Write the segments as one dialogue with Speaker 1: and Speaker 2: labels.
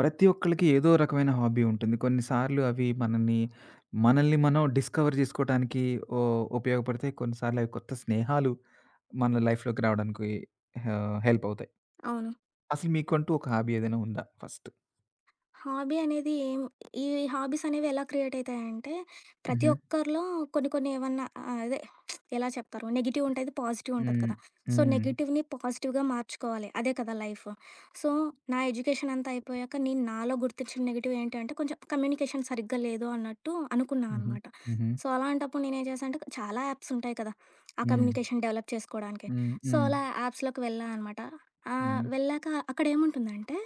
Speaker 1: ప్రతి ఒక్కళ్ళకి ఏదో రకమైన హాబీ ఉంటుంది. కొన్నిసార్లు అవి మనల్ని మనం డిస్కవర్ జేసుకోవటానికి ఓ ఉపయోగపడతాయి. కొన్నిసార్లు అవి కొత్త స్నేహాలు మన లైఫ్‌లోకి రావడానికి హెల్ప్ అవుతాయి.
Speaker 2: అవును.
Speaker 1: అసలు మీకంటూ ఒక హాబీ ఏదైనా ఉందా ఫస్ట్?
Speaker 2: హాబీ అనేది ఏం ఈ హాబీస్ అనేవి ఎలా క్రియేట్ అయితాయంటే, ప్రతి
Speaker 1: హుహు.
Speaker 2: ఒక్కరిలో కొన్ని కొన్ని ఏమన్నా అదే ఎలా చెప్తారు? నెగెటివ్ ఉంటది, పాజిటివ్ ఉంటది
Speaker 1: హ్మ్.
Speaker 2: కదా! సో,
Speaker 1: హ్మ్.
Speaker 2: నెగెటివ్‌ని పాజిటివ్‌గా మార్చుకోవాలి. అదే కదా లైఫ్. సో, నా ఎడ్యుకేషన్ అంతా అయిపోయాక నేను నాలో గుర్తించిన నెగెటివ్ ఏంటి అంటే, కొంచెం కమ్యూనికేషన్ సరిగ్గా లేదు అన్నట్టు అనుకున్నా
Speaker 1: హుహు.
Speaker 2: అనమాట.
Speaker 1: హుహు.
Speaker 2: సో, అలాంటప్పుడు నేనేం చేశా అంటే, చాలా యాప్స్ ఉంటాయి కదా! ఆ
Speaker 1: హ్మ్.
Speaker 2: కమ్యూనికేషన్ డెవలప్ చేసుకోవడానికి.
Speaker 1: హ్మ్.
Speaker 2: సో,
Speaker 1: హ్మ్.
Speaker 2: అలా యాప్స్‌లోకి వెళ్ళా అనమాట.
Speaker 1: హుహు.
Speaker 2: వెళ్ళాక అక్కడ ఏముంటుందంటే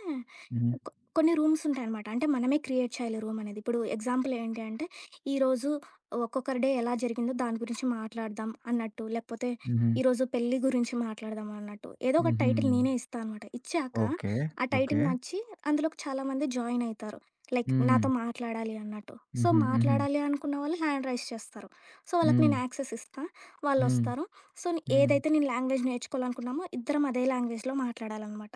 Speaker 1: హుహు.
Speaker 2: కొన్ని రూమ్స్ ఉంటాయనమాట. అంటే మనమే క్రియేట్ చేయాలి రూమ్ అనేది. ఇప్పుడు ఎగ్జాంపుల్ ఏంటి అంటే, ఈరోజు ఒక్కొక్కరి డే ఎలా జరిగిందో దాని గురించి మాట్లాడదాం అన్నట్టు, లేకపోతే
Speaker 1: హుహు.
Speaker 2: ఈరోజు పెళ్లి గురించి మాట్లాడదాం అన్నట్టు, ఏదో ఒక
Speaker 1: హుహు.
Speaker 2: టైటిల్ నేనే ఇస్తా అనమాట. ఇచ్చాక
Speaker 1: ఓకే.
Speaker 2: ఆ
Speaker 1: ఓకే.
Speaker 2: టైటిల్ నచ్చి అందులోకి చాలామంది జాయిన్ అయితారు. లైక్
Speaker 1: హ్మ్.
Speaker 2: నాతో మాట్లాడాలి అన్నట్టు. సో,
Speaker 1: హుహు. హుహు.
Speaker 2: మాట్లాడాలి అనుకున్న వాళ్ళు హ్యాండ్ రైజ్ చేస్తారు. సో, వాళ్ళకి
Speaker 1: హ్మ్.
Speaker 2: నేను యాక్సెస్ ఇస్తా.
Speaker 1: హ్మ్.
Speaker 2: వాళ్ళొస్తారు. సో,
Speaker 1: హ్మ్.
Speaker 2: ఏదైతే నేను లాంగ్వేజ్ నేర్చుకోవాలనుకున్నామో ఇద్దరం అదే లాంగ్వేజ్‌లో మాట్లాడాలనమాట.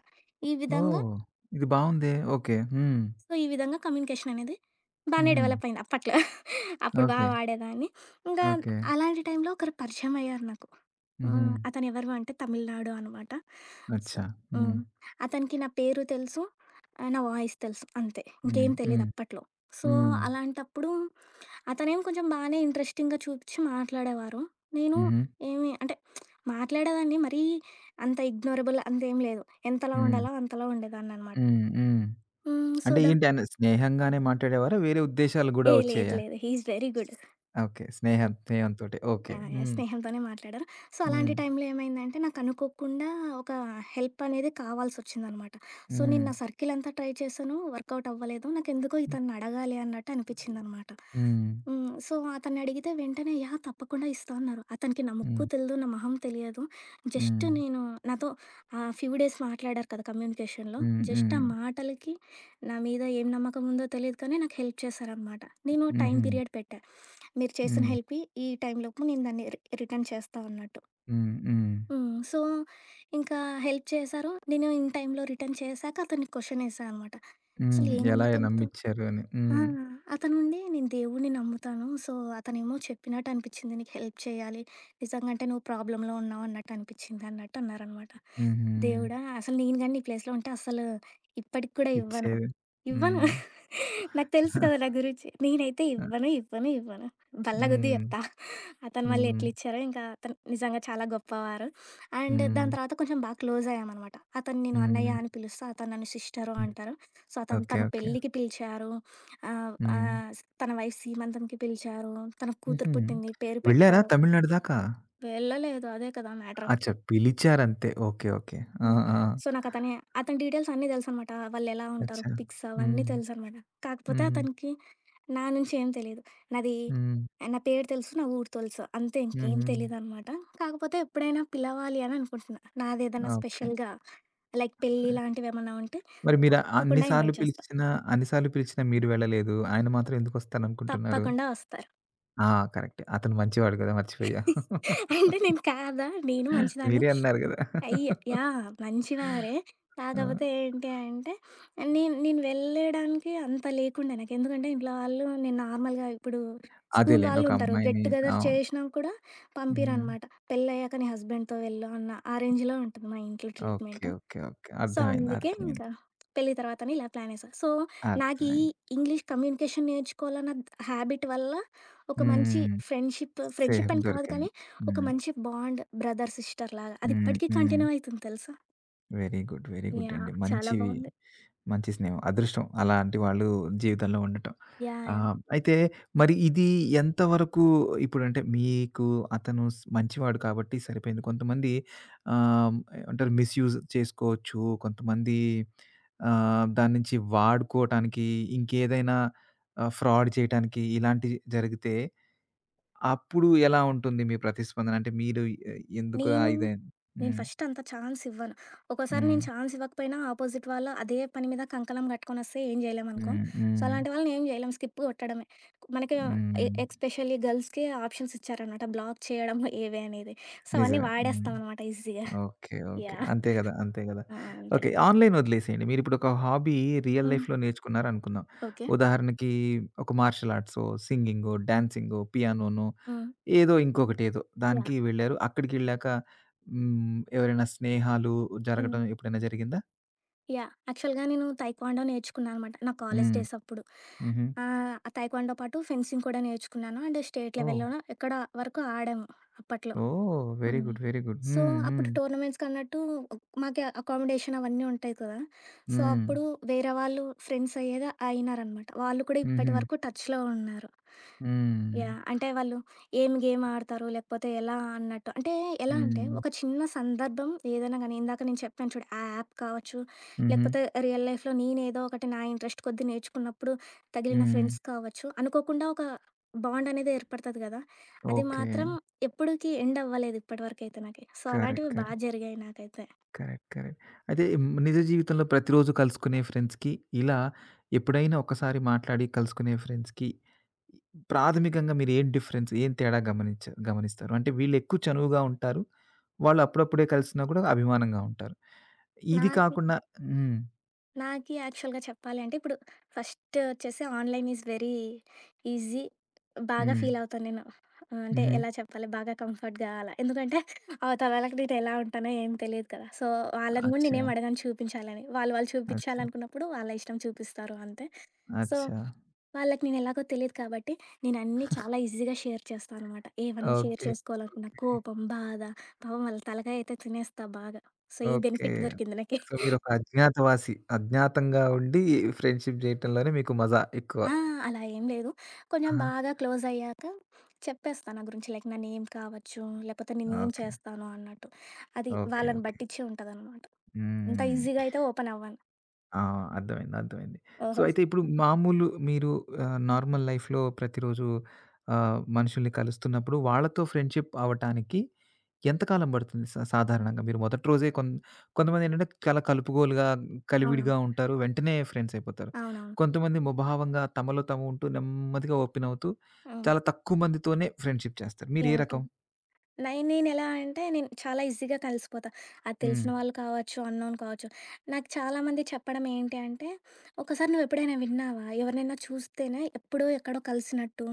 Speaker 2: ఈ విధంగా
Speaker 1: ఓహ్! ఇది బావుందే. ఓకే. హ్మ్.
Speaker 2: సో, ఈ విధంగా కమ్యూనికేషన్ అనేది బానే
Speaker 1: హుహు.
Speaker 2: డెవలప్ అయింది అప్పట్లో. అప్పుడు బా
Speaker 1: ఓకే.
Speaker 2: వాడేదాన్ని. ఇంకా
Speaker 1: ఓకే.
Speaker 2: అలాంటి టైంలో ఒకరు పరిచయం అయ్యారు నాకు.
Speaker 1: హుహు.
Speaker 2: హ్మ్. అతను ఎవరు అంటే తమిళనాడు అనమాట. సో
Speaker 1: అచ్చా! హ్మ్.
Speaker 2: హ్మ్. అతనికి నా పేరు తెలుసు. నా వాయిస్ తెలుసు అంతే.
Speaker 1: హ్మ్.
Speaker 2: ఇంకేం తెలీదు
Speaker 1: హ్మ్.
Speaker 2: అప్పట్లో. సో,
Speaker 1: హ్మ్.
Speaker 2: అలాంటప్పుడు అతనేమో కొంచెం బానే ఇంట్రెస్టింగ్‌గా చూపిచ్చి మాట్లాడేవారు. నేను
Speaker 1: హుహు.
Speaker 2: ఏమి అంటే మాట్లాడేదాన్ని మరీ అంత ఇగ్నోరబుల్ అంతేం లేదు. ఎంతలా
Speaker 1: హ్మ్.
Speaker 2: ఉండాలో అంతలా ఉండేదాన్ననమాట.
Speaker 1: హ్మ్. హ్మ్.
Speaker 2: హ్మ్. సో
Speaker 1: అంటే ఏంటి ఆయన స్నేహంగానే మాట్లాడేవారా? వేరే ఉద్దేశాలు గూడా
Speaker 2: ఏ లేదు
Speaker 1: వచ్చాయా?
Speaker 2: లేదు. He is very good.
Speaker 1: Okay. స్నేహం
Speaker 2: యాహ్!
Speaker 1: స్నేహంతోటే. ఓకే.
Speaker 2: యాహ్! యాహ్!
Speaker 1: హ్మ్.
Speaker 2: స్నేహంతోనే మాట్లాడారు. సో, అలాంటి
Speaker 1: హ్మ్.
Speaker 2: టైంలో ఏమైందంటే నాకు అనుకోకుండా ఒక హెల్ప్ అనేది కావాల్సొచ్చిందనమాట. సో, నేను
Speaker 1: హ్మ్.
Speaker 2: నా సర్కిల్ అంతా ట్రై చేశాను. వర్కౌట్ అవ్వలేదు. నాకెందుకో ఇతన్ని అడగాలి అన్నట్టు అనిపించిందనమాట.
Speaker 1: హ్మ్.
Speaker 2: హ్మ్. సో, అతన్ని అడిగితే వెంటనే యాహ్! తప్పకుండా ఇస్తా అన్నారు. అతనికి నా ముక్కు
Speaker 1: హ్మ్.
Speaker 2: తెలీదు. నా మొహం తెలియదు. జస్ట్
Speaker 1: హ్మ్.
Speaker 2: నేను నాతో ఆ ఫ్యూ డేస్ మాట్లాడారు కదా! కమ్యూనికేషన్‌లో.
Speaker 1: హ్మ్.
Speaker 2: జస్ట్
Speaker 1: హ్మ్.
Speaker 2: ఆ మాటలకి నా మీద ఏం నమ్మకం ఉందో తెలీదు కానీ నాకు హెల్ప్ చేశారనమాట. నేను టైం
Speaker 1: హుహు.
Speaker 2: పీరియడ్ పెట్టా. మీరు చేసిన
Speaker 1: హ్మ్.
Speaker 2: హెల్ప్‌కి ఈ టైంలోపు నేను దాన్ని రిటర్న్ చేస్తా అన్నట్టు.
Speaker 1: హ్మ్. హ్మ్.
Speaker 2: హ్మ్. సో, ఇంకా హెల్ప్ చేశారు. నేను ఇన్ టైంలో రిటర్న్ చేశాక అతనికి క్వెషన్ ఏశా అనమాట.
Speaker 1: హ్మ్.
Speaker 2: అసలు ఏ
Speaker 1: ఎలా
Speaker 2: నమ్మకంతో
Speaker 1: నమ్మిచ్చారు అని.
Speaker 2: ఆ!
Speaker 1: హ్మ్.
Speaker 2: అతనుండి నేను దేవుడిని నమ్ముతాను. సో, అతనేమో చెప్పినట్టు అనిపిచ్చింది. నీకు హెల్ప్ చేయాలి. నిజంగా అంటే నువ్వు ప్రాబ్లమ్‌లో ఉన్నావు అన్నట్టు అనిపిచ్చింది అన్నట్టు అన్నారనమాట.
Speaker 1: హుహు.
Speaker 2: దేవుడా! అసలు నేను గాని నీ ప్లేస్‌లో ఉంటే అస్సలు ఇప్పటికి కూడా ఇవ్వను.
Speaker 1: ఇచ్చేది.
Speaker 2: ఇవ్వను.
Speaker 1: హ్మ్.
Speaker 2: నాకు తెలుసు కదా నా గురించి. నేనైతే ఇవ్వను, ఇవ్వను, ఇవ్వను. బల్ల కొద్దీ
Speaker 1: హ్మ్.
Speaker 2: చెప్తా. అతను మళ్ళీ
Speaker 1: హ్మ్.
Speaker 2: ఎట్లిచ్చారో ఇంకా అతను నిజంగా చాలా గొప్పవారు. అండ్
Speaker 1: హ్మ్.
Speaker 2: దాని తర్వాత కొంచెం బాగా క్లోజ్ అయ్యామనమాట. అతన్ని నేను
Speaker 1: హ్మ్.
Speaker 2: అన్నయ్య అని పిలుస్తా. అతను నన్ను సిస్టరు
Speaker 1: హ్మ్.
Speaker 2: అంటారు. సో, అతను
Speaker 1: ఓకే.
Speaker 2: తన
Speaker 1: ఓకే.
Speaker 2: పెళ్ళికి పిలిచారు. ఆహ్, హ్మ్.
Speaker 1: హ్మ్.
Speaker 2: ఆహ్, తన వైఫ్ సీమంతంకి పిలిచారు. తన
Speaker 1: హుహు.
Speaker 2: కూతురు పుట్టింది. పేరు
Speaker 1: వెళ్లారా
Speaker 2: పెట్టారు.
Speaker 1: తమిళనాడు దాకా?
Speaker 2: వెళ్ళలేదు. అదే కదా మ్యాటర్.
Speaker 1: అచ్చా! పిలిచారంతే. ఓకే. ఓకే. ఆ!
Speaker 2: హ్మ్.
Speaker 1: ఆ!
Speaker 2: సో, నాకతనే అతని డీటెయిల్స్ అన్నీ తెలుసనమాట. వాళ్ళెలా ఉంటారు,
Speaker 1: అచ్చా!
Speaker 2: పిక్స్ అవన్నీ
Speaker 1: హ్మ్.
Speaker 2: తెలుసనమాట. కాకపోతే
Speaker 1: హుహు.
Speaker 2: అతనికి నా నుంచి ఏం తెలీదు. నాది
Speaker 1: హ్మ్.
Speaker 2: నా పేరు తెలుసు, నా ఊరు తెలుసు. అంతే ఇంకేం
Speaker 1: హుహు.
Speaker 2: తెలీదనమాట. కాకపోతే ఎప్పుడైనా పిలవాలి అని అనుకుంటున్నా. నాదేదన్నా
Speaker 1: ఓకే.
Speaker 2: స్పెషల్‌గా లైక్ పెళ్లి లాంటివేమన్నా ఉంటే
Speaker 1: మరి మీరు అన్ని
Speaker 2: తప్పకుండా
Speaker 1: సార్లు
Speaker 2: ఇన్వైట్ చేస్తా.
Speaker 1: పిలిచినా, అన్ని సార్లు పిలిచినా మీరు వెళ్ళలేదు. ఆయన మాత్రం ఎందుకొస్తాననుకుంటున్నారు?
Speaker 2: తప్పకుండా వస్తారు.
Speaker 1: ఆ! కరెక్టే. అతను మంచివాడు గదా! మర్చిపోయా.
Speaker 2: అంటే నేను కాదా! నేను మంచిదాన్నే.
Speaker 1: మీరే అన్నారు గదా!
Speaker 2: అయ్య యాహ్! మంచివారే.
Speaker 1: ఆ!
Speaker 2: కాకపోతే ఏంటి అంటే, నేను నేను వెళ్ళడానికి అంత లేకుండే నాకు. ఎందుకంటే, ఇంట్లో వాళ్ళు నేను నార్మల్‌గా ఇప్పుడు స్కూల్
Speaker 1: అదేలెండి. ఒక
Speaker 2: వాళ్ళుంటారు. గెట్
Speaker 1: అమ్మాయిని
Speaker 2: టుగెదర్
Speaker 1: అవును.
Speaker 2: చేషినా కూడా
Speaker 1: హ్మ్.
Speaker 2: పంపియరనమాట. పెళ్ళయ్యాక నీ హస్బెండ్‌తో వెళ్ళు అన్న ఆ రేంజ్‌లో ఉంటుంది మా ఇంట్లో
Speaker 1: okay.
Speaker 2: Treatment.
Speaker 1: Okay. Okay.
Speaker 2: So,
Speaker 1: అర్థమైంది.
Speaker 2: అందుకే ఇంకా
Speaker 1: అర్థమైంది.
Speaker 2: పెళ్లి తర్వాతని ఇలా ప్లానేసా. సో, నాకీ
Speaker 1: అర్థమైంది.
Speaker 2: ఇంగ్లీష్ కమ్యూనికేషన్ నేర్చుకోవాలన్న ద హ్యాబిట్ వల్ల ఒక మంచి
Speaker 1: హ్మ్.
Speaker 2: ఫ్రెండ్‌షిప్ ఫ్రెండ్‌షిప్
Speaker 1: సేఫ్
Speaker 2: అని కాదు
Speaker 1: దొరికింది.
Speaker 2: కానీ, ఒక
Speaker 1: హ్మ్.
Speaker 2: మంచి బాండ్ బ్రదర్, సిస్టర్ లాగా. అది
Speaker 1: హ్మ్.
Speaker 2: ఇప్పటికీ
Speaker 1: హ్మ్.
Speaker 2: కంటిన్యూ అయితుంది తెలుసా!
Speaker 1: Very good. వెరీ గుడ్ అండి.
Speaker 2: యాహ్! చాలా
Speaker 1: మంచివి
Speaker 2: బావుంది.
Speaker 1: మంచి స్నేహం. అదృష్టం అలాంటి వాళ్ళు జీవితంలో ఉండటం.
Speaker 2: యాహ్! యాహ్!
Speaker 1: అయితే మరి ఇది ఎంతవరకు ఇప్పుడంటే మీకు అతను మంచివాడు కాబట్టి సరిపోయింది. కొంతమంది ఆహ్, ఏమంటారు మిస్‌యూజ్ చేసుకోవచ్చు. కొంతమంది దాని నుంచి వాడుకోవటానికి ఇంకేదైనా ఫ్రాడ్ చేయటానికి ఇలాంటివి జరిగితే అప్పుడు ఎలా ఉంటుంది మీ ప్రతిస్పందన? అంటే మీరు ఎ ఎందుకురా
Speaker 2: నేను,
Speaker 1: ఇదన్
Speaker 2: నేను
Speaker 1: హ్మ్.
Speaker 2: ఫస్ట్ అంత ఛాన్స్ ఇవ్వను. ఒక్కోసారి
Speaker 1: హ్మ్.
Speaker 2: నేను ఛాన్స్ ఇవ్వకపోయినా ఆపోజిట్ వాళ్ళు అదే పని మీద కంకణం కట్టుకొనొస్తే ఏం జేయలేమనుకో.
Speaker 1: హ్మ్.
Speaker 2: సో,
Speaker 1: హ్మ్.
Speaker 2: అలాంటి వాళ్ళని ఏం జేయలేం. స్కిప్ కొట్టడమే. మనకి
Speaker 1: హ్మ్.
Speaker 2: ఎస్పెషల్లీ గర్ల్స్‌కి ఆప్షన్స్ ఇచ్చారనమాట. బ్లాక్ చేయడం ఏవి అనేది. సో, అవన్నీ
Speaker 1: నిజమే. హ్మ్.
Speaker 2: వాడేస్తామనమాట ఈజీగా.
Speaker 1: ఓకే. ఓకే.
Speaker 2: యాహ్!
Speaker 1: అంతే గదా! అంతే గదా!
Speaker 2: హ్మ్. అంతే.
Speaker 1: ఓకే. ఆన్‌లైన్ వదిలేసేయండి. మీరిప్పుడొక హాబీ రియల్
Speaker 2: హ్మ్.
Speaker 1: లైఫ్‌లో నేర్చుకున్నారనుకుందాం.
Speaker 2: ఓకే.
Speaker 1: ఉదాహరణకి ఒక మార్షల్ ఆర్ట్సో, సింగింగో, డాన్సింగో, పియానోనో
Speaker 2: హ్మ్.
Speaker 1: ఏదో ఇంకొకటేదో
Speaker 2: యాహ్!
Speaker 1: దానికి వెళ్లారు. అక్కడికెళ్ళాక హ్మ్. ఎవరైనా స్నేహాలు
Speaker 2: హ్మ్.
Speaker 1: జరగటం ఎప్పుడైనా జరిగిందా?
Speaker 2: యాహ్! యాక్చువల్‌గా నేను తైక్వాండో నేర్చుకున్నా అనమాట. నా కాలేజ్
Speaker 1: హ్మ్.
Speaker 2: డేస్ అప్పుడు.
Speaker 1: హుహు.
Speaker 2: తైక్వాండో పాటు ఫెన్సింగ్ కూడా నేర్చుకున్నాను. అండ్ స్టేట్
Speaker 1: ఓహ్!
Speaker 2: లెవెల్‌లోనో ఎక్కడో వరకు ఆడాము అప్పట్లో.
Speaker 1: ఓహ్! Very
Speaker 2: hmm.
Speaker 1: Good. Very good.
Speaker 2: So,
Speaker 1: హ్మ్.
Speaker 2: అప్పుడు
Speaker 1: హ్మ్.
Speaker 2: టోర్నమెంట్స్‌కన్నట్టు మాకి అకామిడేషన్ అవన్నీ ఉంటాయి కదా! సో, హ్మ్.
Speaker 1: హ్మ్.
Speaker 2: అప్పుడు వేరే వాళ్ళు ఫ్రెండ్స్ అయ్యేది అయినారనమాట. వాళ్ళు కూడా ఇప్పటి
Speaker 1: హుహు.
Speaker 2: వరకు టచ్‌లో ఉన్నారు.
Speaker 1: హ్మ్.
Speaker 2: యాహ్! అంటే వాళ్ళు ఏం గేమ్ ఆడతారు, లేకపోతే ఎలా అన్నట్టు. అంటే ఎలా అంటే
Speaker 1: హ్మ్.
Speaker 2: ఒక చిన్న సందర్భం ఏదైనా గానీ ఇందాక నేను చెప్పాను చూడు ఆ యాప్ కావచ్చు,
Speaker 1: హుహు.
Speaker 2: లేకపోతే రియల్ లైఫ్‌లో నేనేదో ఒకటి నా ఇంట్రెస్ట్ కొద్దీ నేర్చుకున్నప్పుడు తగిలిన హ్మ్.
Speaker 1: హ్మ్.
Speaker 2: ఫ్రెండ్స్ కావచ్చు, అనుకోకుండా ఒక బాండ్ అనేది ఏర్పడతది కదా! అది
Speaker 1: ఓకే.
Speaker 2: మాత్రం ఎప్పుడుకి ఎండ్ అవ్వలేదు ఇప్పటివరకైతే నాకి. So,
Speaker 1: correct.
Speaker 2: అలాంటివి బా
Speaker 1: కరెక్ట్.
Speaker 2: జరిగాయి నాకైతే.
Speaker 1: కరెక్ట్. కరెక్ట్. అయితే నిజ జీవితంలో ప్రతిరోజు కలుసుకునే ఫ్రెండ్స్‌కి, ఇలా ఎప్పుడైనా ఒక్కసారి మాట్లాడి కలుసుకునే ఫ్రెండ్స్‌కి ప్రాథమికంగా మీరు ఏం డిఫరెన్స్, ఏం తేడా గమనిస్తారు? అంటే వీళ్ళు ఎక్కువ చనువుగా ఉంటారు. వాళ్ళు అప్పుడప్పుడే కలిసినా కూడా అభిమానంగా ఉంటారు. ఇది
Speaker 2: నాకి
Speaker 1: కాకుండా హ్మ్.
Speaker 2: నాకి యాక్చువల్‌గా చెప్పాలి అంటే ఇప్పుడు ఫస్ట్ వచ్చేసి ఆన్‌లైన్ ఈజ్ వెరీ ఈజీ. బాగా
Speaker 1: హ్మ్.
Speaker 2: ఫీల్ అవుతాను నేను. అంటే
Speaker 1: హుహు.
Speaker 2: ఎలా చెప్పాలి బాగా కంఫర్ట్‌గా అలా. ఎందుకంటే అవతల వాళ్ళకి నేను ఎలా ఉంటానో ఏం తెలీదు కదా! సో, వాళ్ళని గూడా
Speaker 1: అచ్చా!
Speaker 2: నేనేం అడగను చూపించాలని. వాళ్ళు వాళ్ళు
Speaker 1: అచ్చా!
Speaker 2: చూపించాలనుకున్నప్పుడు వాళ్ళ ఇష్టం చూపిస్తారు అంతే. సో,
Speaker 1: అచ్చా!
Speaker 2: వాళ్ళకి నేనెలాగో తెలీదు కాబట్టి, నేనన్నీ చాలా ఈజీగా షేర్ చేస్తాననమాట. ఏవన్నా షేర్
Speaker 1: ఓకే.
Speaker 2: చేసుకోవాలనుకున్నా కోపం, బాధ పాపం వాళ్ళ తలకాయ అయితే తినేస్తా బాగా. సో, ఈ
Speaker 1: ఓకే.
Speaker 2: బెనిఫిట్ దొరికింది నాకి.
Speaker 1: సో, మీరొక అజ్ఞాతవాసి. అజ్ఞాతంగా ఉండి ఫ్రెండ్‌షిప్ జేయటంలోనే మీకు మజా ఎక్కువ.
Speaker 2: ఆ! అలా ఏం లేదు. కొంచెం
Speaker 1: ఆహా!
Speaker 2: బాగా క్లోజయ్యాక చెప్పేస్తా నా గురించి. లైక్ నా నేమ్ కావచ్చు, లేకపోతే నేనేం
Speaker 1: ఓకే.
Speaker 2: చేస్తాను అన్నట్టు. అది
Speaker 1: ఓకే.
Speaker 2: వాళ్ళని
Speaker 1: ఓకే.
Speaker 2: బట్టిచ్చి ఉంటదనమాట. ఇంత
Speaker 1: హ్మ్.
Speaker 2: ఈజీగా అయితే ఓపెన్ అవ్వను.
Speaker 1: ఆ! అర్థమైంది. అర్థమైంది. సో,
Speaker 2: ఓహో!
Speaker 1: అయితే ఇప్పుడు మామూలు మీరు నార్మల్ లైఫ్‌లో ప్రతిరోజు మనుషుల్ని కలుస్తున్నప్పుడు వాళ్ళతో ఫ్రెండ్‌షిప్ అవ్వటానికి ఎంత కాలం పడుతుంది సాధారణంగా? మీరు మొదటి రోజే కొంతమందేంటంటే చాలా కలుపుగోలుగా,
Speaker 2: అవునవును.
Speaker 1: కలివిడిగా ఉంటారు. వెంటనే ఫ్రెండ్స్ అయిపోతారు.
Speaker 2: అవునవును.
Speaker 1: కొంతమంది ముభావంగా తమలో తాము ఉంటూ నెమ్మదిగా ఓపెన్ అవుతూ,
Speaker 2: హ్మ్.
Speaker 1: చాలా తక్కువ మందితోనే ఫ్రెండ్‌షిప్ చేస్తారు. మీరు ఏ
Speaker 2: యాహ్! ట్రూ.
Speaker 1: రకం?
Speaker 2: నేనెలా అంటే, నేను చాలా ఈజీగా కలిసిపోతా. అది
Speaker 1: హ్మ్.
Speaker 2: తెలిసిన వాళ్ళు కావచ్చు, అన్నోన్ కావచ్చు. నాకు చాలామంది చెప్పడం ఏంటి అంటే, "ఒకసారి నువ్వెప్పుడైనా విన్నావా? ఎవరినైనా చూస్తేనే ఎప్పుడో, ఎక్కడో కలిసినట్టు,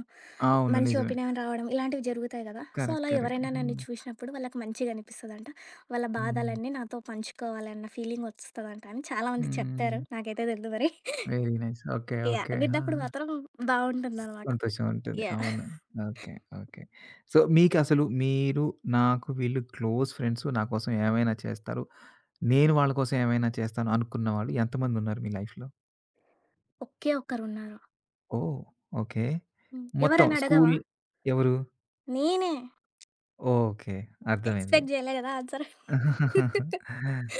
Speaker 1: అవును.
Speaker 2: మంచి
Speaker 1: నిజమే.
Speaker 2: ఒపీనియన్ రావడం" ఇలాంటివి జరుగుతాయి కదా! So,
Speaker 1: correct.
Speaker 2: అలా
Speaker 1: కరెక్ట్.
Speaker 2: ఎవరైనా నన్ను
Speaker 1: హ్మ్.
Speaker 2: చూసినప్పుడు వాళ్ళకి మంచిగనిపిస్తదంట. వాళ్ళ
Speaker 1: హ్మ్.
Speaker 2: బాధలన్నీ నాతో పంచుకోవాలన్న ఫీలింగొస్తదంట అని చాలామంది చెప్పారు.
Speaker 1: హ్మ్.
Speaker 2: నాకైతే తెలీదు మరి.
Speaker 1: Very nice. Okay.
Speaker 2: Yeah!
Speaker 1: Okay. ఆ!
Speaker 2: విన్నప్పుడు మాత్రం బావుంటుందనమాట.
Speaker 1: సంతోషం ఉంటుంది.
Speaker 2: యాహ్!
Speaker 1: అవును. ఓకే. ఓకే. సో, మీకసలు మీరు, నాకు వీళ్ళు క్లోజ్ ఫ్రెండ్స్. నా కోసం ఏమైనా చేస్తారు. నేను వాళ్ళ కోసం ఏమైనా చేస్తాను అనుకున్న వాళ్ళు ఎంతమందున్నారు మీ లైఫ్‌లో?
Speaker 2: ఒకే ఒక్కరున్నారు.
Speaker 1: ఓహ్! ఓకే.
Speaker 2: హ్మ్.
Speaker 1: మొత్తం
Speaker 2: ఎవరని
Speaker 1: స్కూల్
Speaker 2: అడగవా?
Speaker 1: ఎవరు?
Speaker 2: నేనే.
Speaker 1: ఓకే. అర్థమైంది.
Speaker 2: ఎక్స్‌పెక్ట్ జేయలే గదా! ఆన్సర్.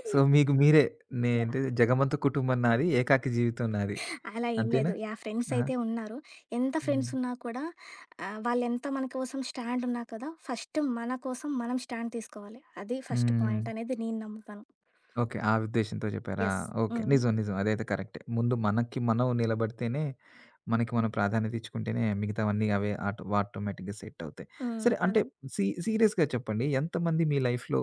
Speaker 1: సో, మీకు మీరే
Speaker 2: యాహ్!
Speaker 1: నేంటి జగమంత కుటుంబం నాది, ఏకాకి జీవితం నాది.
Speaker 2: అలా ఏం
Speaker 1: అంతేనా?
Speaker 2: లేదు. యాహ్! ఫ్రెండ్స్
Speaker 1: ఆహా!
Speaker 2: అయితే ఉన్నారు. ఎంత
Speaker 1: హ్మ్.
Speaker 2: ఫ్రెండ్స్ ఉన్నా కూడా వాళ్ళెంత మన కోసం స్టాండ్ ఉన్నా కదా! ఫస్ట్ మన కోసం మనం స్టాండ్ తీసుకోవాలి. అది ఫస్ట్
Speaker 1: హ్మ్.
Speaker 2: పాయింట్ అనేది నేను నమ్ముతాను.
Speaker 1: ఓకే. ఆ ఉద్దేశ్యంతో చెప్పారా?
Speaker 2: యెస్.
Speaker 1: ఓకే.
Speaker 2: హ్మ్.
Speaker 1: నిజం. నిజం. అదైతే కరెక్టే. ముందు మనకి మనం నిలబడితేనే, మనకి మనం ప్రాధాన్యత ఇచ్చుకుంటేనే మిగతావన్నీ అవే ఆటోమేటిక్‌గా సెట్ అవుతాయి.
Speaker 2: హ్మ్.
Speaker 1: సరే అంటే
Speaker 2: అవును.
Speaker 1: సీరియస్‌గా చెప్పండి. ఎంతమంది మీ లైఫ్‌లో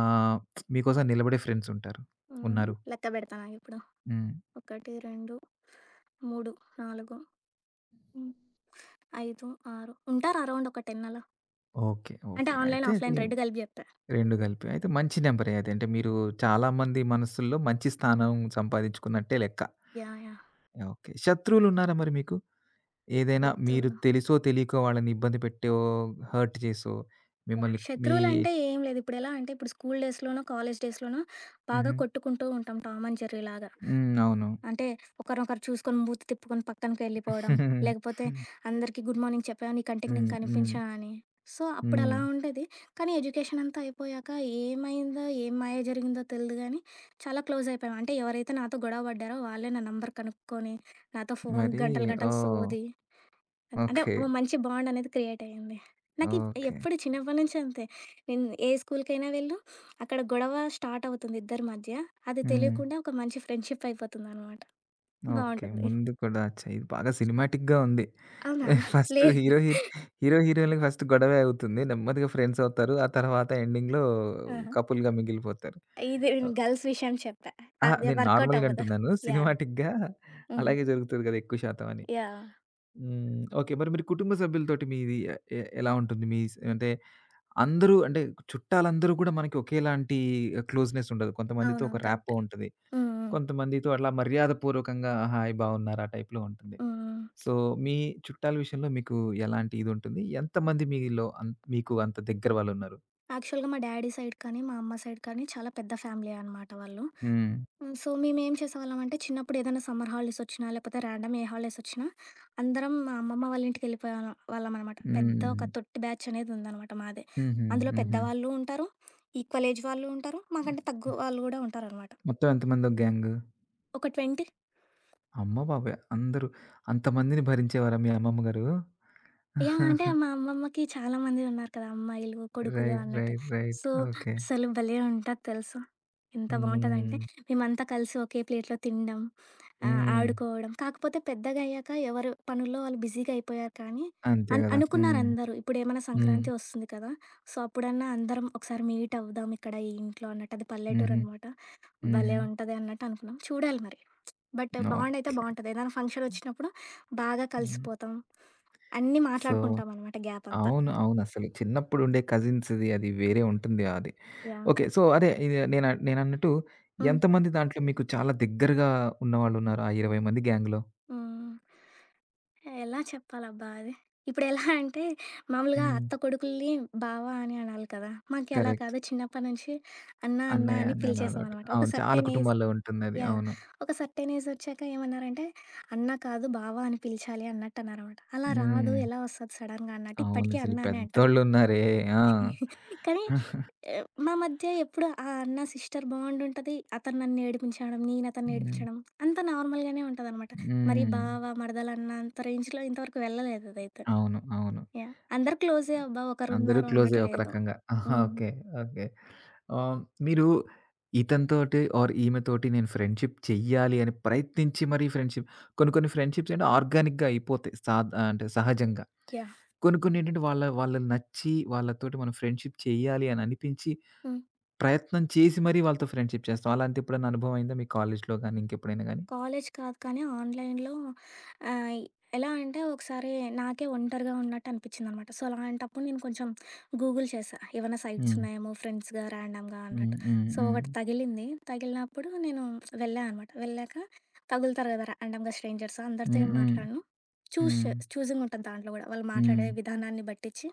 Speaker 1: ఆహ్, మీకోసం నిలబడే ఫ్రెండ్స్ ఉంటారు?
Speaker 2: హ్మ్.
Speaker 1: ఉన్నారు?
Speaker 2: లెక్క బెడతానాగిప్పుడు.
Speaker 1: హ్మ్.
Speaker 2: 1, 2, 3, 4 హ్మ్. 5, 6 ఉంటారు అరౌండ్ ఒక 10 అలా.
Speaker 1: ఓకే.
Speaker 2: అంటే
Speaker 1: ఓకే.
Speaker 2: ఆన్‌లైన్,
Speaker 1: అయితే అది
Speaker 2: ఆఫ్‌లైన్ 2 కలిపి జెప్పా.
Speaker 1: 2 కలిపి. అయితే మంచి నంబరే అది. అంటే మీరు చాలా మంది మనసుల్లో మంచి స్థానం సంపాదించుకున్నట్టే లెక్క.
Speaker 2: యాహ్! యాహ్!
Speaker 1: ఓకే. శత్రువులున్నారా మరి మీకు? ఏదైనా మీరు
Speaker 2: శత్రువులు
Speaker 1: తెలిసో, తెలియకో వాళ్ళని ఇబ్బంది పెట్టో, హర్ట్ చేసో,
Speaker 2: యాహ్!
Speaker 1: మిమ్మల్ని మీ
Speaker 2: శత్రువులంటే ఏం లేదు. ఇప్పుడెలా అంటే ఇప్పుడు స్కూల్ డేస్‌లోనో, కాలేజ్ డేస్‌లోనో బాగా
Speaker 1: హుహు.
Speaker 2: కొట్టుకుంటూ ఉంటాం 'టామ్ అండ్ జెర్రీ' లాగా.
Speaker 1: హ్మ్. అవును.
Speaker 2: అంటే ఒకరినొకరు చూసుకొని మూతి తిప్పుకొని పక్కనకి వెళ్ళిపోవడం, లేకపోతే అందరికీ గుడ్ మార్నింగ్ చెప్పావా, నీ కంటికి నేను
Speaker 1: హ్మ్. హ్మ్.
Speaker 2: కనిపించా అని. సో, అప్పుడలా
Speaker 1: హ్మ్.
Speaker 2: ఉండేది. కానీ ఎడ్యుకేషన్ అంతా అయిపోయాక ఏమైందో, ఏం మాయ జరిగిందో తెలీదు గానీ చాలా క్లోజ్ అయిపోయాం. అంటే ఎవరైతే నాతో గొడవ పడ్డారో వాళ్ళే నా నంబర్ కనుక్కొని నాతో ఫోన్
Speaker 1: మరి
Speaker 2: గంటలు గంటలు
Speaker 1: ఓహ్!
Speaker 2: సోది అంటే
Speaker 1: ఓకే.
Speaker 2: ఓ మంచి బాండ్ అనేది క్రియేట్ అయ్యింది. నాకు
Speaker 1: ఓకే.
Speaker 2: ఎప్పుడు చిన్నప్పటి నుంచి అంతే. నేను ఏ స్కూల్‌కైనా వెళ్ళు, అక్కడ గొడవ స్టార్ట్ అవుతుంది ఇద్దరి మధ్య. అది
Speaker 1: హ్మ్.
Speaker 2: తెలియకుండా ఒక మంచి ఫ్రెండ్‌షిప్ అయిపోతుందనమాట.
Speaker 1: ఓకే.
Speaker 2: బావుంటుంది.
Speaker 1: ముందు కూడా అచ్చా! ఇది బాగా సినిమాటిక్‌గా ఉంది.
Speaker 2: అవునా?
Speaker 1: ఫస్ట్
Speaker 2: లేదు.
Speaker 1: హీరో, హీరో హీరో హీరోయిన్‌లకి ఫస్ట్ గొడవే అవుతుంది. నెమ్మదిగా ఫ్రెండ్స్ అవుతారు. ఆ తర్వాత ఎండింగ్‌లో
Speaker 2: ఆహా!
Speaker 1: కపుల్‌గా మిగిలిపోతారు.
Speaker 2: ఇది నేను
Speaker 1: ఆహ్,
Speaker 2: గర్ల్స్ విషయం చెప్పా.
Speaker 1: అహా!
Speaker 2: అది
Speaker 1: నేను
Speaker 2: వర్కౌట్
Speaker 1: నార్మల్‌గా
Speaker 2: అవ్వదు.
Speaker 1: అంటున్నాను.
Speaker 2: యాహ్!
Speaker 1: సినిమాటిక్‌గా
Speaker 2: హుహు.
Speaker 1: అలాగే జరుగుతది కదా! ఎక్కువ శాతం అని.
Speaker 2: యాహ్!
Speaker 1: హ్మ్. ఓకే. మరి మీరు కుటుంబ సభ్యులతోటి మీది ఎ ఎ ఎలా ఉంటుంది? మీ అంటే అందరూ అంటే చుట్టాలందరూ కూడా మనకి ఒకేలాంటి క్లోజ్‌నెస్ ఉండదు. కొంతమందితో ఒక
Speaker 2: అవునవును.
Speaker 1: ర్యాపో
Speaker 2: కరెక్టే.
Speaker 1: ఉంటది.
Speaker 2: హ్మ్. హ్మ్.
Speaker 1: కొంతమందితో అట్లా మర్యాదపూర్వకంగా హాయ్ బాగున్నారా? టైప్‌లో ఉంటుంది.
Speaker 2: హ్మ్.
Speaker 1: సో, మీ చుట్టాల విషయంలో మీకు ఎలాంటి ఇదుంటుంది? ఎంతమంది మీలో మీకు అంత దగ్గర వాళ్ళున్నారు?
Speaker 2: యాక్చువల్‌గా మా డ్యాడీ సైడ్ కానీ, మా అమ్మ సైడ్ కానీ చాలా పెద్ద ఫ్యామిలీయే అనమాట వాళ్ళు.
Speaker 1: హ్మ్.
Speaker 2: హ్మ్. సో, మేమేం చేసేవాళ్ళమంటే, చిన్నప్పుడు ఏదైనా సమ్మర్ హాలిడేస్ వచ్చినా, లేకపోతే ర్యాండమ్ ఏ హాలిడేస్ వచ్చినా, అందరం మా అమ్మమ్మ వాళ్ళ ఇంటికెళ్ళిపోయేవాళ్ళం వాళ్ళమనమాట. పెద్ద
Speaker 1: హ్మ్.
Speaker 2: ఒక తొట్టి బ్యాచ్ అనేదుందనమాట మాదే.
Speaker 1: హుహు.
Speaker 2: అందులో
Speaker 1: హుహు.
Speaker 2: పెద్దవాళ్ళు ఉంటారు, ఈక్వల్ ఏజ్ వాళ్ళు ఉంటారు, మాకంటే తగ్గు వాళ్ళు గూడా ఉంటారనమాట.
Speaker 1: మొత్తం ఎంతమందో గ్యాంగు?
Speaker 2: ఒక 20
Speaker 1: అమ్మ బాబోయ్! అందరూ అంతమందిని భరించేవారా మీ అమ్మమ్మ గారు?
Speaker 2: యాహ్! అంటే మా అమ్మమ్మకి చాలా మంది ఉన్నారు కదా! అమ్మాయిలు, కొడుకులు
Speaker 1: రైట్.
Speaker 2: అన్నట్టు.
Speaker 1: రైట్. రైట్.
Speaker 2: So,
Speaker 1: okay.
Speaker 2: అసలు భలే ఉంటది తెలుసా! ఎంత బావుంటదంటే
Speaker 1: హ్మ్.
Speaker 2: మేమంతా కలిసి ఒకే ప్లేట్‌లో తినడం,
Speaker 1: హ్మ్.
Speaker 2: ఆడుకోవడం. కాకపోతే పెద్దగయ్యాక ఎవరు పనుల్లో వాళ్ళు బిజీగా అయిపోయారు కానీ
Speaker 1: అంతే గదా! హ్మ్.
Speaker 2: అనుకున్నారందరూ. ఇప్పుడేమైనా
Speaker 1: హ్మ్.
Speaker 2: సంక్రాంతి వస్తుంది కదా! సో, అప్పుడన్నా అందరం ఒకసారి మీట్ అవుదాం ఇక్కడ ఈ ఇంట్లో అన్నట్టు. అది
Speaker 1: హుహు.
Speaker 2: పల్లెటూరనమాట.
Speaker 1: హుహు.
Speaker 2: భలే ఉంటది అన్నట్టు అనుకున్నాం. చూడాలి మరి. బట్ బాండయితే
Speaker 1: ఓకే.
Speaker 2: బావుంటది. ఏదైనా ఫంక్షనొచ్చినప్పుడు బాగా
Speaker 1: హ్మ్.
Speaker 2: కలిసిపోతాం. అన్నీ
Speaker 1: సో
Speaker 2: మాట్లాడుకుంటామనమాట గ్యాపంతా.
Speaker 1: అవును. అవునసలు. చిన్నప్పుడుండే కజిన్స్‌ది అది వేరే ఉంటుంది అది.
Speaker 2: యాహ్!
Speaker 1: ఓకే. సో, అదే ఇది నేనన్నట్టు
Speaker 2: హ్మ్.
Speaker 1: ఎంతమంది దాంట్లో మీకు చాలా దగ్గరగా ఉన్నవాళ్ళున్నారు ఆ 20 మంది గ్యాంగ్‌లో?
Speaker 2: హ్మ్. ఎలా చెప్పాలబ్బా అది? ఇప్పుడెలా అంటే, మామూలుగా
Speaker 1: హ్మ్.
Speaker 2: అత్త కొడుకుల్ని బావ అని అనాలి కదా! మాకు అలా
Speaker 1: కరెక్ట్.
Speaker 2: కాదు. చిన్నప్పటి నుంచి అన్నా, అన్నా
Speaker 1: అన్నయ్య,
Speaker 2: అని
Speaker 1: అన్నయ్యల అలవాటు.
Speaker 2: పిలిచేసామనమాట. ఒక
Speaker 1: అవును. చాలా
Speaker 2: సర్టెన్ ఏజ్
Speaker 1: కుటుంబాల్లో ఉంటుందది.
Speaker 2: యాహ్!
Speaker 1: అవును.
Speaker 2: ఒక సర్టెన్ ఏజొచ్చాక ఏమన్నారంటే, అన్న కాదు బావ అని పిలిచాలి అన్నట్టన్నారనమాట. అలా రాదు
Speaker 1: హ్మ్.
Speaker 2: ఎలా వస్తది సడన్‌గా అన్నట్టు ఇప్పటికీ
Speaker 1: అవునసలు
Speaker 2: అన్న అనే అంటాను.
Speaker 1: పెద్దోళ్ళున్నారే. ఆ!
Speaker 2: కానీ ఏ, మా మధ్య ఎప్పుడు ఆ అన్న సిస్టర్ బాండ్ ఉంటది అతను నన్ను ఏడిపించడం నేను అతన్ని
Speaker 1: హ్మ్.
Speaker 2: ఏడిపించడం అంత నార్మల్గానే ఉంటుంది అనమాట మరి
Speaker 1: హ్మ్.
Speaker 2: బావ మరదలన్న అంత రేంజ్లో ఇంతవరకు వెళ్ళలేదు అదైతే
Speaker 1: అవును. అవును.
Speaker 2: యా అందరు క్లోజే అబ్బా ఒకరు
Speaker 1: అందరూ
Speaker 2: ఉన్నారు
Speaker 1: క్లోజే
Speaker 2: అన్నట్టు
Speaker 1: ఒక
Speaker 2: లేదు
Speaker 1: రకంగా. ఆహా!
Speaker 2: Um,
Speaker 1: okay. ఓకే. ఆహ్, మీరు ఇతనితోటి ఆర్ ఈమెతోటి నేను ఫ్రెండ్‌షిప్ చెయ్యాలి అని ప్రయత్నించి మరీ ఫ్రెండ్‌షిప్ కొన్ని కొన్ని ఫ్రెండ్‌షిప్స్ ఏంటంటే ఆర్గానిక్‌గా అయిపోతాయి. అంటే సహజంగా.
Speaker 2: యా
Speaker 1: కొన్ని కొన్ని ఏంటంటే వాళ్ళకి నచ్చి వాళ్ళతోటి మనం ఫ్రెండ్‌షిప్ చేయాలి అని అనిపించి, ప్రయత్నం చేసి మరీ వాళ్ళతో ఫ్రెండ్‌షిప్ చేస్తాం. అలాంటి ఎప్పుడైనా అనుభవం అయిందా మీ కాలేజ్‌లో గాని, ఇంకెప్పుడైనా గాని?
Speaker 2: కాలేజ్ కాదు కానీ ఆన్‌లైన్‌లో ఆహ్, ఎలా అంటే ఒకసారి నాకే ఒంటరిగా ఉన్నట్టు అనిపించిందనమాట. సో, అలాంటప్పుడు నేను కొంచెం గూగుల్ చేశా. ఏవన్నా సైట్స్
Speaker 1: హ్మ్.
Speaker 2: ఉన్నాయేమో ఫ్రెండ్స్‌గా, ర్యాండమ్‌గా
Speaker 1: హ్మ్.
Speaker 2: అన్నట్టు.
Speaker 1: హ్మ్.
Speaker 2: సో,
Speaker 1: హ్మ్.
Speaker 2: ఒకటి తగిలింది. తగిలినప్పుడు నేను వెళ్ళా అనమాట. వెళ్ళాక తగులుతారు కదా! ర్యాండమ్‌గా స్ట్రేంజర్స్ అందరితో
Speaker 1: హ్మ్.
Speaker 2: ఏం
Speaker 1: హ్మ్.
Speaker 2: మాట్లాడను. చూస్ చే
Speaker 1: హ్మ్.
Speaker 2: చూసింగ్ ఉంటది దాంట్లో గూడా. వాళ్ళు మాట్లాడే
Speaker 1: హ్మ్.
Speaker 2: విధానాన్ని బట్టిచ్చి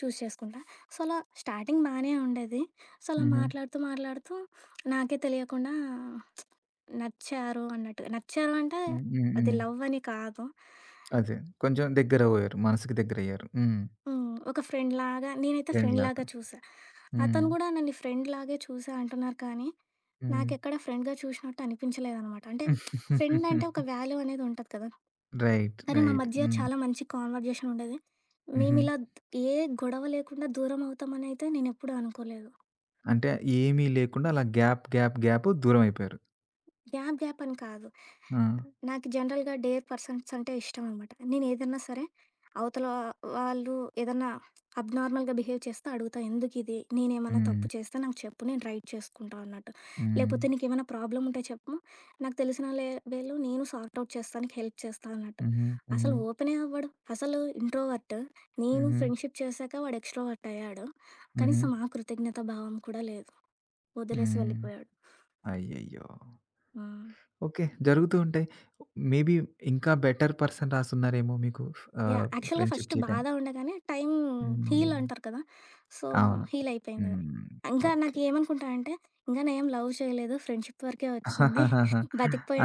Speaker 2: చేసుకుంటా. సో, అలా స్టార్టింగ్ బానే ఉండేది. సో, అలా
Speaker 1: హుహు.
Speaker 2: మాట్లాడుతూ నాకే తెలియకుండా నచ్చారు అన్నట్టుగా. నచ్చారు అంటే
Speaker 1: హ్మ్. హ్మ్.
Speaker 2: అది
Speaker 1: హ్మ్.
Speaker 2: లవ్ అని కాదు.
Speaker 1: అదే. కొంచెం దగ్గరవోయారు. మనసుకి దగ్గరయ్యారు. హ్మ్.
Speaker 2: హ్మ్. ఒక ఫ్రెండ్‌లాగా నేనైతే
Speaker 1: ఫ్రెండ్ లాగా.
Speaker 2: ఫ్రెండ్‌లాగా చూసా.
Speaker 1: హ్మ్.
Speaker 2: అతను గూడా నన్ను ఫ్రెండ్‌లాగే చూసా అంటున్నారు కానీ,
Speaker 1: హ్మ్.
Speaker 2: నాకెక్కడ ఫ్రెండ్‌గా చూసినట్టు అనిపించలేదనమాట. అంటే ఫ్రెండ్ అంటే ఒక వాల్యూ అనేది ఉంటది కదా!
Speaker 1: రైట్.
Speaker 2: కానీ మా
Speaker 1: రైట్.
Speaker 2: మధ్య
Speaker 1: హ్మ్.
Speaker 2: చాలా మంచి కాన్వర్జేషన్ ఉండేది.
Speaker 1: హుహు.
Speaker 2: మేమిలా ఏ గొడవ లేకుండా దూరం అవుతామనైతే నేనెప్పుడూ అనుకోలేదు.
Speaker 1: అంటే ఏమీ లేకుండా అలా గ్యాప్, గ్యాప్, గ్యాప్ దూరమైపోయారు.
Speaker 2: గ్యాప్ గ్యాప్ అని కాదు.
Speaker 1: ఆ!
Speaker 2: నాకు జనరల్‌గా డేర్ పర్సన్స్ అంటే ఇష్టమనమాట. నేనేదన్నా సరే అవతల వాళ్ళు ఏదన్నా అబ్నార్మల్‌గా బిహేవ్ చేస్తే అడుగుతా. ఎందుకిది? నేనేమన్నా
Speaker 1: హ్మ్.
Speaker 2: తప్పు చేస్తే నాకు చెప్పు. నేను రైట్ చేసుకుంటా అన్నట్టు.
Speaker 1: హ్మ్.
Speaker 2: లేపోతే నీకేమైనా ప్రాబ్లమ్ ఉంటే చెప్పు. నాకు తెలిసిన లెవెల్‌లో నేను సార్ట్ ఔట్ చేస్తా. నీకు హెల్ప్ చేస్తా అన్నట్టు.
Speaker 1: హుహు. హుహు.
Speaker 2: అసలు ఓపెనే అవ్వడు. అసలు ఇంట్రోవర్ట్. నేను
Speaker 1: హుహు.
Speaker 2: ఫ్రెండ్‌షిప్ చేశాక వాడు ఎక్స్‌ట్రోవర్ట్ అయ్యాడు.
Speaker 1: హుహు.
Speaker 2: కనీసం ఆ కృతజ్ఞత భావం కూడా లేదు. వదిలేసి
Speaker 1: హ్మ్.
Speaker 2: వెళ్ళిపోయాడు.
Speaker 1: అయ్యయ్యో!
Speaker 2: హ్మ్.
Speaker 1: ఓకే. జరుగుతూ ఉంటాయి. మేబీ ఇంకా బెటర్ పర్సన్ రాసున్నారేమో మీకు
Speaker 2: యాహ్!
Speaker 1: ఆహ్,
Speaker 2: యాక్చువల్‌గా
Speaker 1: ఫ్రెండ్‌షిప్
Speaker 2: ఫస్ట్ బాధ
Speaker 1: చేయటానికి.
Speaker 2: ఉండగానే టైం హీల్
Speaker 1: హ్మ్.
Speaker 2: అంటారు కదా! సో,
Speaker 1: అవును.
Speaker 2: హీల్ అయిపోయిందది.
Speaker 1: హ్మ్.
Speaker 2: ఇంకా
Speaker 1: ఓకే.
Speaker 2: నాకేమనుకుంటా అంటే, ఇంగా నేనేం లవ్ చేయలేదు. ఫ్రెండ్‌షిప్ వరకే వచ్చింది.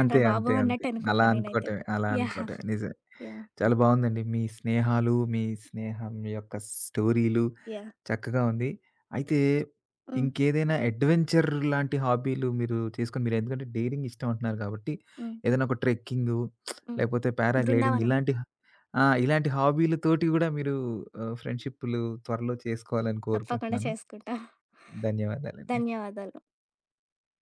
Speaker 1: అంతే.
Speaker 2: బాబు!
Speaker 1: అంతే. అంతే.
Speaker 2: అన్నట్టు
Speaker 1: అలా
Speaker 2: అనుకుంటా నేనైతే.
Speaker 1: అనుకోవటమే. అలా
Speaker 2: యాహ్!
Speaker 1: అనుకోవటమే. నిజమే.
Speaker 2: యాహ్!
Speaker 1: చాలా బావుందండి. మీ స్నేహాలు, మీ స్నేహం యొక్క స్టోరీలు
Speaker 2: యాహ్!
Speaker 1: చక్కగా ఉంది. అయితే
Speaker 2: హ్మ్.
Speaker 1: ఇంకేదైనా అడ్వెంచర్ లాంటి హాబీలు మీరు చేసుకొని మీరు ఎందుకంటే డైరింగ్ ఇష్టం అంటున్నారు కాబట్టి
Speaker 2: హ్మ్.
Speaker 1: ఏదైనా ఒక ట్రెక్కింగు
Speaker 2: హ్మ్.
Speaker 1: లేకపోతే పారాగ్లైడింగ్
Speaker 2: బృందావనం.
Speaker 1: ఇలాంటి ఆ! ఇలాంటి హాబీలతోటి గూడా మీరు ఫ్రెండ్‌షిప్పులు త్వరలో చేసుకోవాలని
Speaker 2: తప్పకుండా
Speaker 1: కోరుకుంటున్నాను.
Speaker 2: చేసుకుంటా.
Speaker 1: ధన్యవాదాలండి.
Speaker 2: ధన్యవాదాలు.